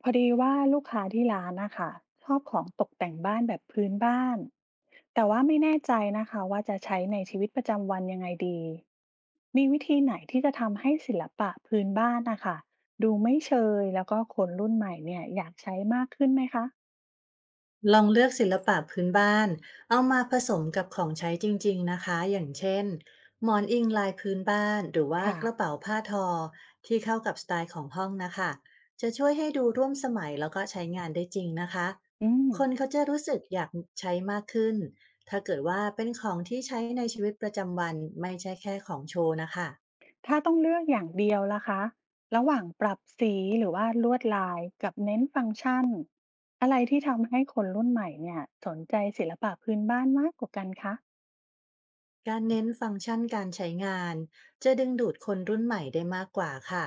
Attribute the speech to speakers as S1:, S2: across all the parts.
S1: พอดีว่าลูกค้าที่ร้านนะคะชอบของตกแต่งบ้านแบบพื้นบ้านแต่ว่าไม่แน่ใจนะคะว่าจะใช้ในชีวิตประจำวันยังไงดีมีวิธีไหนที่จะทำให้ศิลปะพื้นบ้านนะคะดูไม่เชยแล้วก็คนรุ่นใหม่เนี่ยอยากใช้มากขึ้นไหมคะ
S2: ลองเลือกศิลปะพื้นบ้านเอามาผสมกับของใช้จริงๆนะคะอย่างเช่นหมอนอิงลายพื้นบ้านหรือว่า
S1: ค่ะ
S2: กระเป๋าผ้าทอที่เข้ากับสไตล์ของห้องนะคะจะช่วยให้ดูร่วมสมัยแล้วก็ใช้งานได้จริงนะคะ
S1: อืม
S2: คนเขาจะรู้สึกอยากใช้มากขึ้นถ้าเกิดว่าเป็นของที่ใช้ในชีวิตประจำวันไม่ใช่แค่ของโชว์นะคะ
S1: ถ้าต้องเลือกอย่างเดียวล่ะคะระหว่างปรับสีหรือว่าลวดลายกับเน้นฟังก์ชันอะไรที่ทำให้คนรุ่นใหม่เนี่ยสนใจศิลปะพื้นบ้านมากกว่ากันคะ
S2: การเน้นฟังก์ชันการใช้งานจะดึงดูดคนรุ่นใหม่ได้มากกว่าค่ะ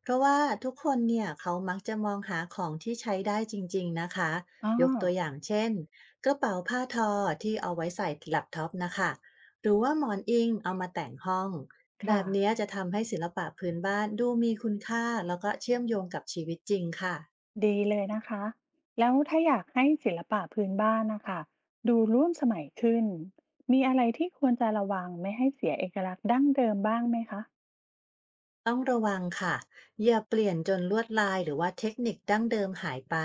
S2: เพราะว่าทุกคนเนี่ยเขามักจะมองหาของที่ใช้ได้จริงๆนะคะ
S1: อ๋อ
S2: ยกตัวอย่างเช่นกระเป๋าผ้าทอที่เอาไว้ใส่แล็ปท็อปนะคะ หรือว่าหมอนอิงเอามาแต่งห้อง แบ
S1: ค่ะ
S2: บเนี้ยจะทำให้ศิลปะพื้นบ้านดูมีคุณค่าแล้วก็เชื่อมโยงกับชีวิตจริงค่ะ
S1: ดีเลยนะคะ แล้วถ้าอยากให้ศิลปะพื้นบ้านนะคะดูร่วมสมัยขึ้น มีอะไรที่ควรจะระวังไม่ให้เสียเอกลักษณ์ดั้งเดิมบ้างไหมคะ
S2: ต้องระวังค่ะอย่าเปลี่ยนจนลวดลายหรือว่าเทคนิคดั้งเดิมหายไป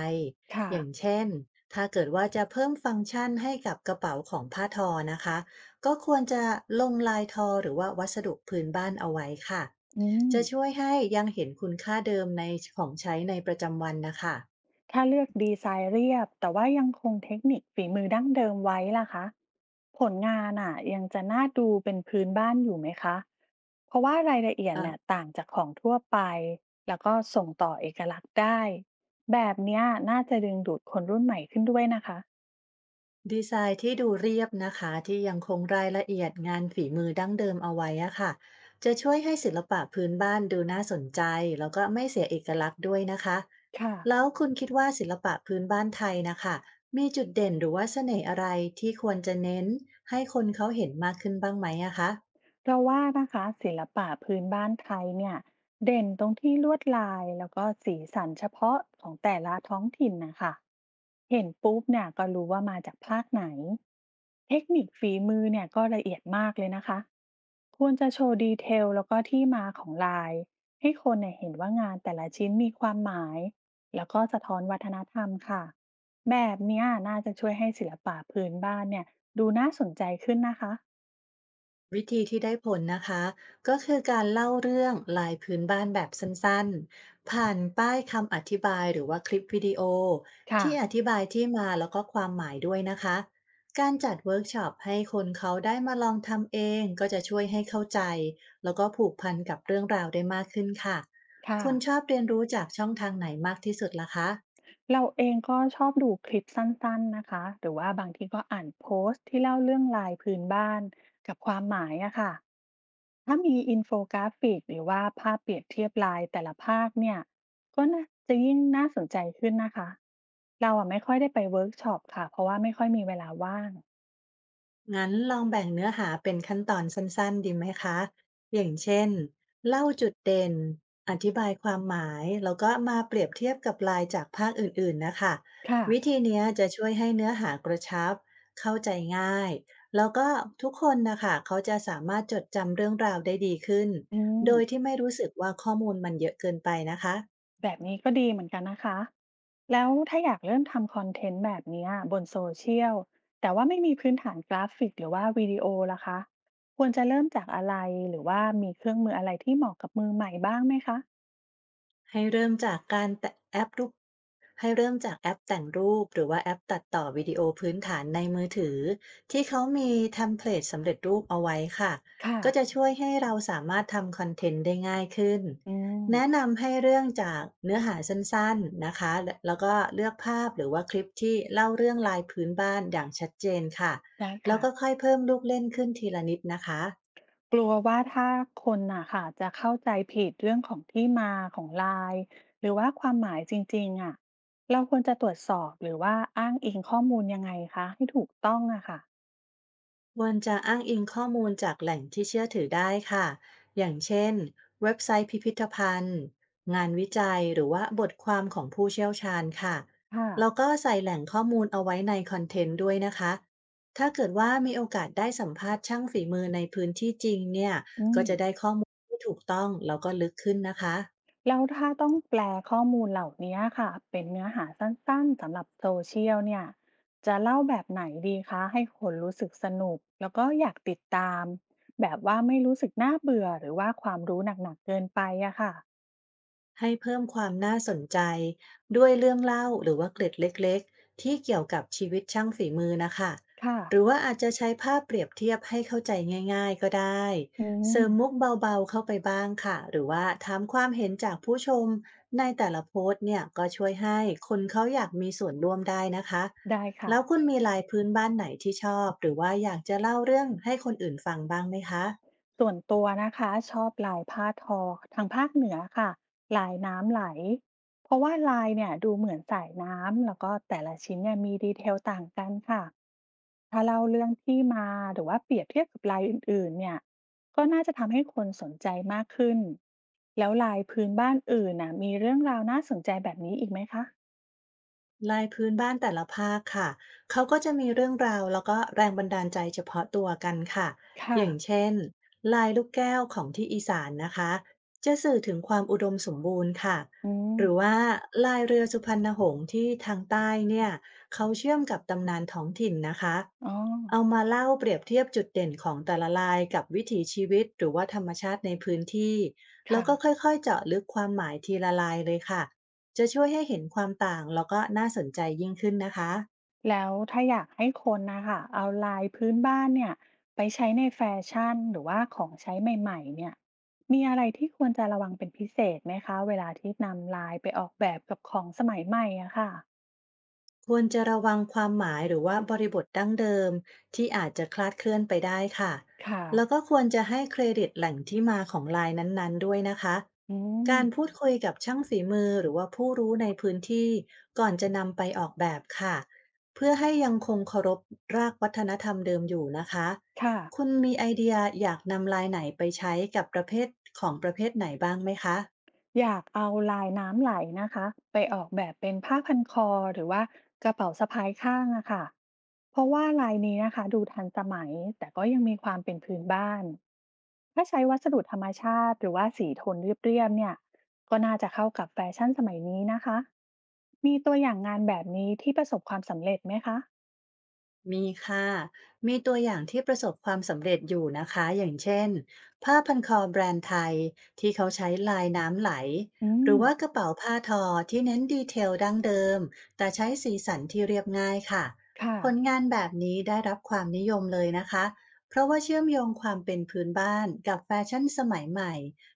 S1: ค่ะ
S2: อย่างเช่นถ้าเกิดว่าจะเพิ่มฟังก์ชันให้กับกระเป๋าของผ้าทอนะคะก็ควรจะลงลายทอหรือว่าวัสดุพื้นบ้านเอาไว้ค่ะ
S1: อืม
S2: จะช่วยให้ยังเห็นคุณค่าเดิมในของใช้ในประจำวันนะคะ
S1: ถ้าเลือกดีไซน์เรียบแต่ว่ายังคงเทคนิคฝีมือดั้งเดิมไว้ล่ะคะผลงานอ่ะยังจะน่าดูเป็นพื้นบ้านอยู่ไหมคะเพราะว่ารายละเอียดเนี่ยต่างจากของทั่วไปแล้วก็ส่งต่อเอกลักษณ์ได้แบบเนี้ยน่าจะดึงดูดคนรุ่นใหม่ขึ้นด้วยนะคะ
S2: ดีไซน์ที่ดูเรียบนะคะที่ยังคงรายละเอียดงานฝีมือดั้งเดิมเอาไว้อะค่ะจะช่วยให้ศิลปะพื้นบ้านดูน่าสนใจแล้วก็ไม่เสียเอกลักษณ์ด้วยนะคะ
S1: ค่ะ
S2: แล้วคุณคิดว่าศิลปะพื้นบ้านไทยนะคะมีจุดเด่นหรือว่าเสน่ห์อะไรที่ควรจะเน้นให้คนเขาเห็นมากขึ้นบ้างไหมอะคะ
S1: เราว่านะคะศิลปะพื้นบ้านไทยเนี่ยเด่นตรงที่ลวดลายแล้วก็สีสันเฉพาะของแต่ละท้องถิ่นนะคะเห็นปุ๊บเนี่ยก็รู้ว่ามาจากภาคไหนเทคนิคฝีมือเนี่ยก็ละเอียดมากเลยนะคะควรจะโชว์ดีเทลแล้วก็ที่มาของลายให้คนเนี่ยเห็นว่างานแต่ละชิ้นมีความหมายแล้วก็สะท้อนวัฒนธรรมค่ะแบบเนี้ยน่าจะช่วยให้ศิลปะพื้นบ้านเนี่ยดูน่าสนใจขึ้นนะคะ
S2: วิธีที่ได้ผลนะคะก็คือการเล่าเรื่องลายพื้นบ้านแบบสั้นๆผ่านป้ายคำอธิบายหรือว่าคลิปวิดีโอ
S1: ค่ะ
S2: ที่อธิบายที่มาแล้วก็ความหมายด้วยนะคะการจัดเวิร์กช็อปให้คนเขาได้มาลองทำเองก็จะช่วยให้เข้าใจแล้วก็ผูกพันกับเรื่องราวได้มากขึ้นค่ะ
S1: ค่ะ
S2: คุณชอบเรียนรู้จากช่องทางไหนมากที่สุดล่ะคะ
S1: เราเองก็ชอบดูคลิปสั้นๆนะคะหรือว่าบางทีก็อ่านโพสต์ที่เล่าเรื่องลายพื้นบ้านกับความหมายอะค่ะถ้ามีอินโฟกราฟิกหรือว่าภาพเปรียบเทียบลายแต่ละภาคเนี่ย ก็น่าจะยิ่งน่าสนใจขึ้นนะคะ เราอะไม่ค่อยได้ไปเวิร์กช็อปค่ะเพราะว่าไม่ค่อยมีเวลาว่าง
S2: งั้นลองแบ่งเนื้อหาเป็นขั้นตอนสั้นๆดีไหมคะอย่างเช่นเล่าจุดเด่นอธิบายความหมายแล้วก็มาเปรียบเทียบกับลายจากภาคอื่นๆนะคะ
S1: ค่ะ
S2: วิธีเนี้ยจะช่วยให้เนื้อหากระชับเข้าใจง่ายแล้วก็ทุกคนนะคะเขาจะสามารถจดจำเรื่องราวได้ดีขึ้น
S1: อืม
S2: โดยที่ไม่รู้สึกว่าข้อมูลมันเยอะเกินไปนะคะ
S1: แบบนี้ก็ดีเหมือนกันนะคะ แล้วถ้าอยากเริ่มทำคอนเทนต์แบบเนี้ยบนโซเชียลแต่ว่าไม่มีพื้นฐานกราฟิกหรือว่าวิดีโอล่ะคะ ควรจะเริ่มจากอะไรหรือว่ามีเครื่องมืออะไรที่เหมาะกับมือใหม่บ้างไหมคะ
S2: ให้เริ่มจากการแตะแอปรูปให้เริ่มจากแอปแต่งรูปหรือว่าแอปตัดต่อวิดีโอพื้นฐานในมือถือที่เขามีเทมเพลตสำเร็จรูปเอาไว้ค่ะ
S1: ค่ะ
S2: ก็จะช่วยให้เราสามารถทำคอนเทนต์ได้ง่ายขึ้น
S1: อื
S2: แนะ
S1: ม
S2: นำให้เรื่องจากเนื้อหาสั้นๆนะคะและแล้วก็เลือกภาพหรือว่าคลิปที่เล่าเรื่องลายพื้นบ้านอย่างชัดเจนค่ะ
S1: ได้
S2: แล้ว
S1: ค่ะ
S2: ก็ค่อยเพิ่มลูกเล่นขึ้นทีละนิดนะคะ
S1: กลัวว่าถ้าคนน่ะค่ะจะเข้าใจผิดเรื่องของที่มาของไลน์หรือว่าความหมายจริงๆอ่ะเราควรจะตรวจสอบหรือว่าอ้างอิงข้อมูลยังไงคะให้ถูกต้องอะค่ะ
S2: ควรจะอ้างอิงข้อมูลจากแหล่งที่เชื่อถือได้ค่ะ อย่างเช่นเว็บไซต์พิพิธภัณฑ์งานวิจัยหรือว่าบทความของผู้เชี่ยวชาญค่ะ
S1: ค่ะ
S2: แล้วก็ใส่แหล่งข้อมูลเอาไว้ในคอนเทนต์ด้วยนะคะถ้าเกิดว่ามีโอกาสได้สัมภาษณ์ช่างฝีมือในพื้นที่จริงเนี่ย
S1: อื
S2: ก็
S1: ม
S2: จะได้ข้อมูลที่ถูกต้องแล้วก็ลึกขึ้นนะคะ
S1: แล้วถ้าต้องแปลข้อมูลเหล่านี้ค่ะเป็นเนื้อหาสั้นๆสำหรับโซเชียลเนี่ยจะเล่าแบบไหนดีคะให้คนรู้สึกสนุกแล้วก็อยากติดตามแบบว่าไม่รู้สึกน่าเบื่อหรือว่าความรู้หนักๆเกินไปอะค่ะ
S2: ให้เพิ่มความน่าสนใจด้วยเรื่องเล่าหรือว่าเกร็ดเล็กๆที่เกี่ยวกับชีวิตช่างฝีมือนะคะ
S1: ค่ะ
S2: หรือว่าอาจจะใช้ภาพเปรียบเทียบให้เข้าใจง่ายๆก็ได้
S1: อื
S2: เส
S1: ม
S2: ริมมุกเบาๆเข้าไปบ้างค่ะหรือว่าถามความเห็นจากผู้ชมในแต่ละโพสต์เนี่ยก็ช่วยให้คนเขาอยากมีส่วนร่วมได้นะคะ
S1: ได้ค่ะ
S2: แล้วคุณมีลายพื้นบ้านไหนที่ชอบหรือว่าอยากจะเล่าเรื่องให้คนอื่นฟังบ้างไหมคะ
S1: ส่วนตัวนะคะชอบลายผ้าทอทางภาคเหนือค่ะลายน้ำไหลเพราะว่าลายเนี่ยดูเหมือนสายน้ำแล้วก็แต่ละชิ้นเนี่ยมีดีเทลต่างกันค่ะถ้าเล่าเรื่องที่มาหรือว่าเปรียบเทียบกับลายอื่นๆเนี่ยก็น่าจะทำให้คนสนใจมากขึ้นแล้วลายพื้นบ้านอื่นน่ะมีเรื่องราวน่าสนใจแบบนี้อีกไหมคะ
S2: ลายพื้นบ้านแต่ละภาคค่ะเขาก็จะมีเรื่องราวแล้วก็แรงบันดาลใจเฉพาะตัวกันค่ะอ
S1: ค่ะ
S2: ย่างเช่นลายลูกแก้วของที่อีสานนะคะจะสื่อถึงความอุดมสมบูรณ์ค่ะ
S1: อืม
S2: หรือว่าลายเรือสุพรรณหงส์ที่ทางใต้เนี่ยเขาเชื่อมกับตำนานท้องถิ่นนะคะ
S1: อ๋อ
S2: เอามาเล่าเปรียบเทียบจุดเด่นของแต่ละลายกับวิถีชีวิตหรือว่าธรรมชาติในพื้นที่แล้ว
S1: ค่ะ
S2: ก็ค่อยๆเจาะลึกความหมายทีละลายเลยค่ะ จะช่วยให้เห็นความต่างแล้วก็น่าสนใจยิ่งขึ้นนะคะ
S1: แล้วถ้าอยากให้คนนะคะเอาลายพื้นบ้านเนี่ยไปใช้ในแฟชั่นหรือว่าของใช้ใหม่ๆเนี่ยมีอะไรที่ควรจะระวังเป็นพิเศษไหมคะเวลาที่นำลายไปออกแบบกับของสมัยใหม่อะค่ะ
S2: ควรจะระวังความหมายหรือว่าบริบทดั้งเดิมที่อาจจะคลาดเคลื่อนไปได้ค่ะ
S1: ค่ะ
S2: แล้วก็ควรจะให้เครดิตแหล่งที่มาของลายนั้นๆด้วยนะคะ
S1: อืม
S2: การพูดคุยกับช่างฝีมือหรือว่าผู้รู้ในพื้นที่ก่อนจะนำไปออกแบบค่ะเพื่อให้ยังคงเคารพรากวัฒนธรรมเดิมอยู่นะคะ
S1: ค่ะ
S2: คุณมีไอเดียอยากนำลายไหนไปใช้กับประเภทของประเภทไหนบ้างไหมคะ
S1: อยากเอาลายน้ำไหลนะคะไปออกแบบเป็นผ้าพันคอหรือว่ากระเป๋าสะพายข้างอะค่ะเพราะว่าลายนี้นะคะดูทันสมัยแต่ก็ยังมีความเป็นพื้นบ้านถ้าใช้วัสดุธรรมชาติหรือว่าสีโทนเรียบๆเนี่ยก็น่าจะเข้ากับแฟชั่นสมัยนี้นะคะมีตัวอย่างงานแบบนี้ที่ประสบความสำเร็จไหมคะ
S2: มีค่ะ มีตัวอย่างที่ประสบความสำเร็จอยู่นะคะ อย่างเช่นผ้าพันคอแบรนด์ไทยที่เขาใช้ลายน้ำไหล
S1: อื
S2: หรื
S1: ม
S2: อว่ากระเป๋าผ้าทอที่เน้นดีเทลดั้งเดิมแต่ใช้สีสันที่เรียบง่ายค่ะ
S1: ค่ะ
S2: ผลงานแบบนี้ได้รับความนิยมเลยนะคะเพราะว่าเชื่อมโยงความเป็นพื้นบ้านกับแฟชั่นสมัยใหม่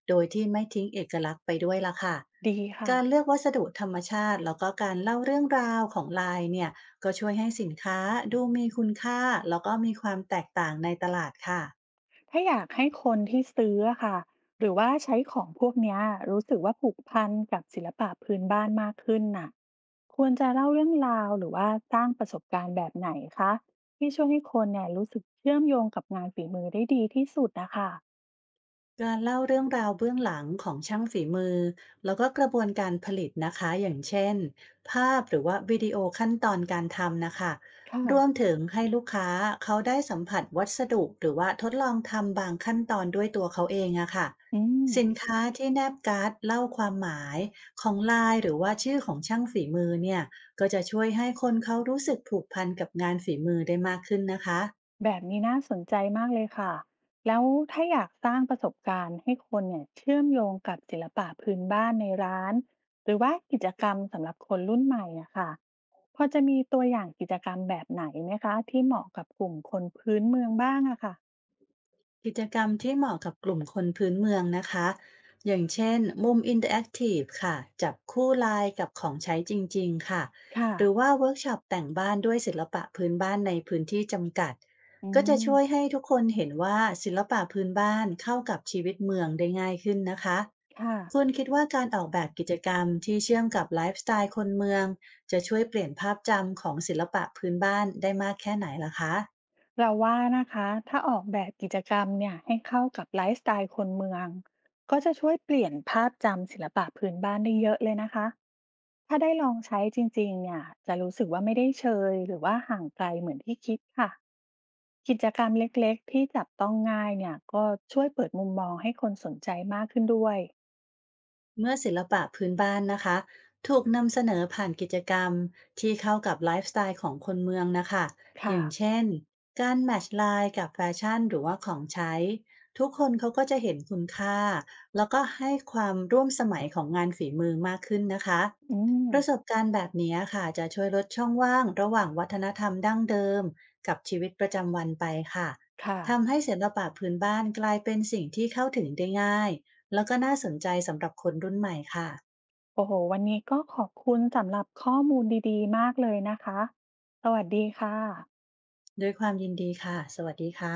S2: โดยที่ไม่ทิ้งเอกลักษณ์ไปด้วยละค่ะ
S1: ดีค่ะ
S2: การเลือกวัสดุธรรมชาติแล้วก็การเล่าเรื่องราวของลายเนี่ย ก็ช่วยให้สินค้าดูมีคุณค่าแล้วก็มีความแตกต่างในตลาดค่ะ
S1: ถ้าอยากให้คนที่ซื้ออะค่ะหรือว่าใช้ของพวกเนี้ยรู้สึกว่าผูกพันกับศิลปะพื้นบ้านมากขึ้นน่ะควรจะเล่าเรื่องราวหรือว่าสร้างประสบการณ์แบบไหนคะที่ช่วยให้คนเนี่ยรู้สึกเชื่อมโยงกับงานฝีมือได้ดีที่สุดนะคะ
S2: การเล่าเรื่องราวเบื้องหลังของช่างฝีมือแล้วก็กระบวนการผลิตนะคะอย่างเช่นภาพหรือว่าวิดีโอขั้นตอนการทำนะคะ
S1: ค
S2: รวม
S1: ่ะ
S2: ถึงให้ลูกค้าเขาได้สัมผัสวัสดุหรือว่าทดลองทำบางขั้นตอนด้วยตัวเขาเองอะค่ะ
S1: อืม
S2: สินค้าที่แนบการ์ดเล่าความหมายของลายหรือว่าชื่อของช่างฝีมือเนี่ยก็จะช่วยให้คนเขารู้สึกผูกพันกับงานฝีมือได้มากขึ้นนะคะ
S1: แบบนี้น่าสนใจมากเลยค่ะ แล้วถ้าอยากสร้างประสบการณ์ให้คนเนี่ยเชื่อมโยงกับศิลปะพื้นบ้านในร้าน หรือว่ากิจกรรมสำหรับคนรุ่นใหม่อะค่ะพอจะมีตัวอย่างกิจกรรมแบบไหนไหมคะที่เหมาะกับกลุ่มคนพื้นเมืองบ้างอะค่ะ
S2: กิจกรรมที่เหมาะกับกลุ่มคนพื้นเมืองนะคะอย่างเช่นมุมอินเตอร์แอคทีฟค่ะจับคู่ลายกับของใช้จริงๆค่ะ
S1: ค่ะ
S2: หรือว่าเวิร์กช็อปแต่งบ้านด้วยศิลปะพื้นบ้านในพื้นที่จำกัด
S1: อื
S2: ก็จะ
S1: ม
S2: ช่วยให้ทุกคนเห็นว่าศิลปะพื้นบ้านเข้ากับชีวิตเมืองได้ง่ายขึ้นนะคะ
S1: ค่ะ
S2: คุณคิดว่าการออกแบบกิจกรรมที่เชื่อมกับไลฟ์สไตล์คนเมืองจะช่วยเปลี่ยนภาพจำของศิลปะพื้นบ้านได้มากแค่ไหนล่ะคะ
S1: เราว่านะคะถ้าออกแบบกิจกรรมเนี่ยให้เข้ากับไลฟ์สไตล์คนเมืองก็จะช่วยเปลี่ยนภาพจำศิลปะพื้นบ้านได้เยอะเลยนะคะถ้าได้ลองใช้จริงๆเนี่ยจะรู้สึกว่าไม่ได้เชยหรือว่าห่างไกลเหมือนที่คิดค่ะกิจกรรมเล็กๆที่จับต้องง่ายเนี่ยก็ช่วยเปิดมุมมองให้คนสนใจมากขึ้นด้วย
S2: เมื่อศิลปะพื้นบ้านนะคะถูกนำเสนอผ่านกิจกรรมที่เข้ากับไลฟ์สไตล์ของคนเมืองนะคะอ
S1: ค่ะ
S2: ย่างเช่นการแมทช์ไลน์กับแฟชั่นหรือว่าของใช้ทุกคนเขาก็จะเห็นคุณค่าแล้วก็ให้ความร่วมสมัยของงานฝีมือมากขึ้นนะคะ
S1: อืม
S2: ประสบการณ์แบบนี้ค่ะจะช่วยลดช่องว่างระหว่างวัฒนธรรมดั้งเดิมกับชีวิตประจำวันไปค่ะ
S1: ค่ะ
S2: ทำให้ศิลปะพื้นบ้านกลายเป็นสิ่งที่เข้าถึงได้ง่าย แล้วก็น่าสนใจสำหรับคนรุ่นใหม่ค่ะ
S1: โอ้โหวันนี้ก็ขอบคุณสำหรับข้อมูลดีๆมากเลยนะคะสวัสดีค่ะ
S2: ด้วยความยินดีค่ะ สวัสดีค่ะ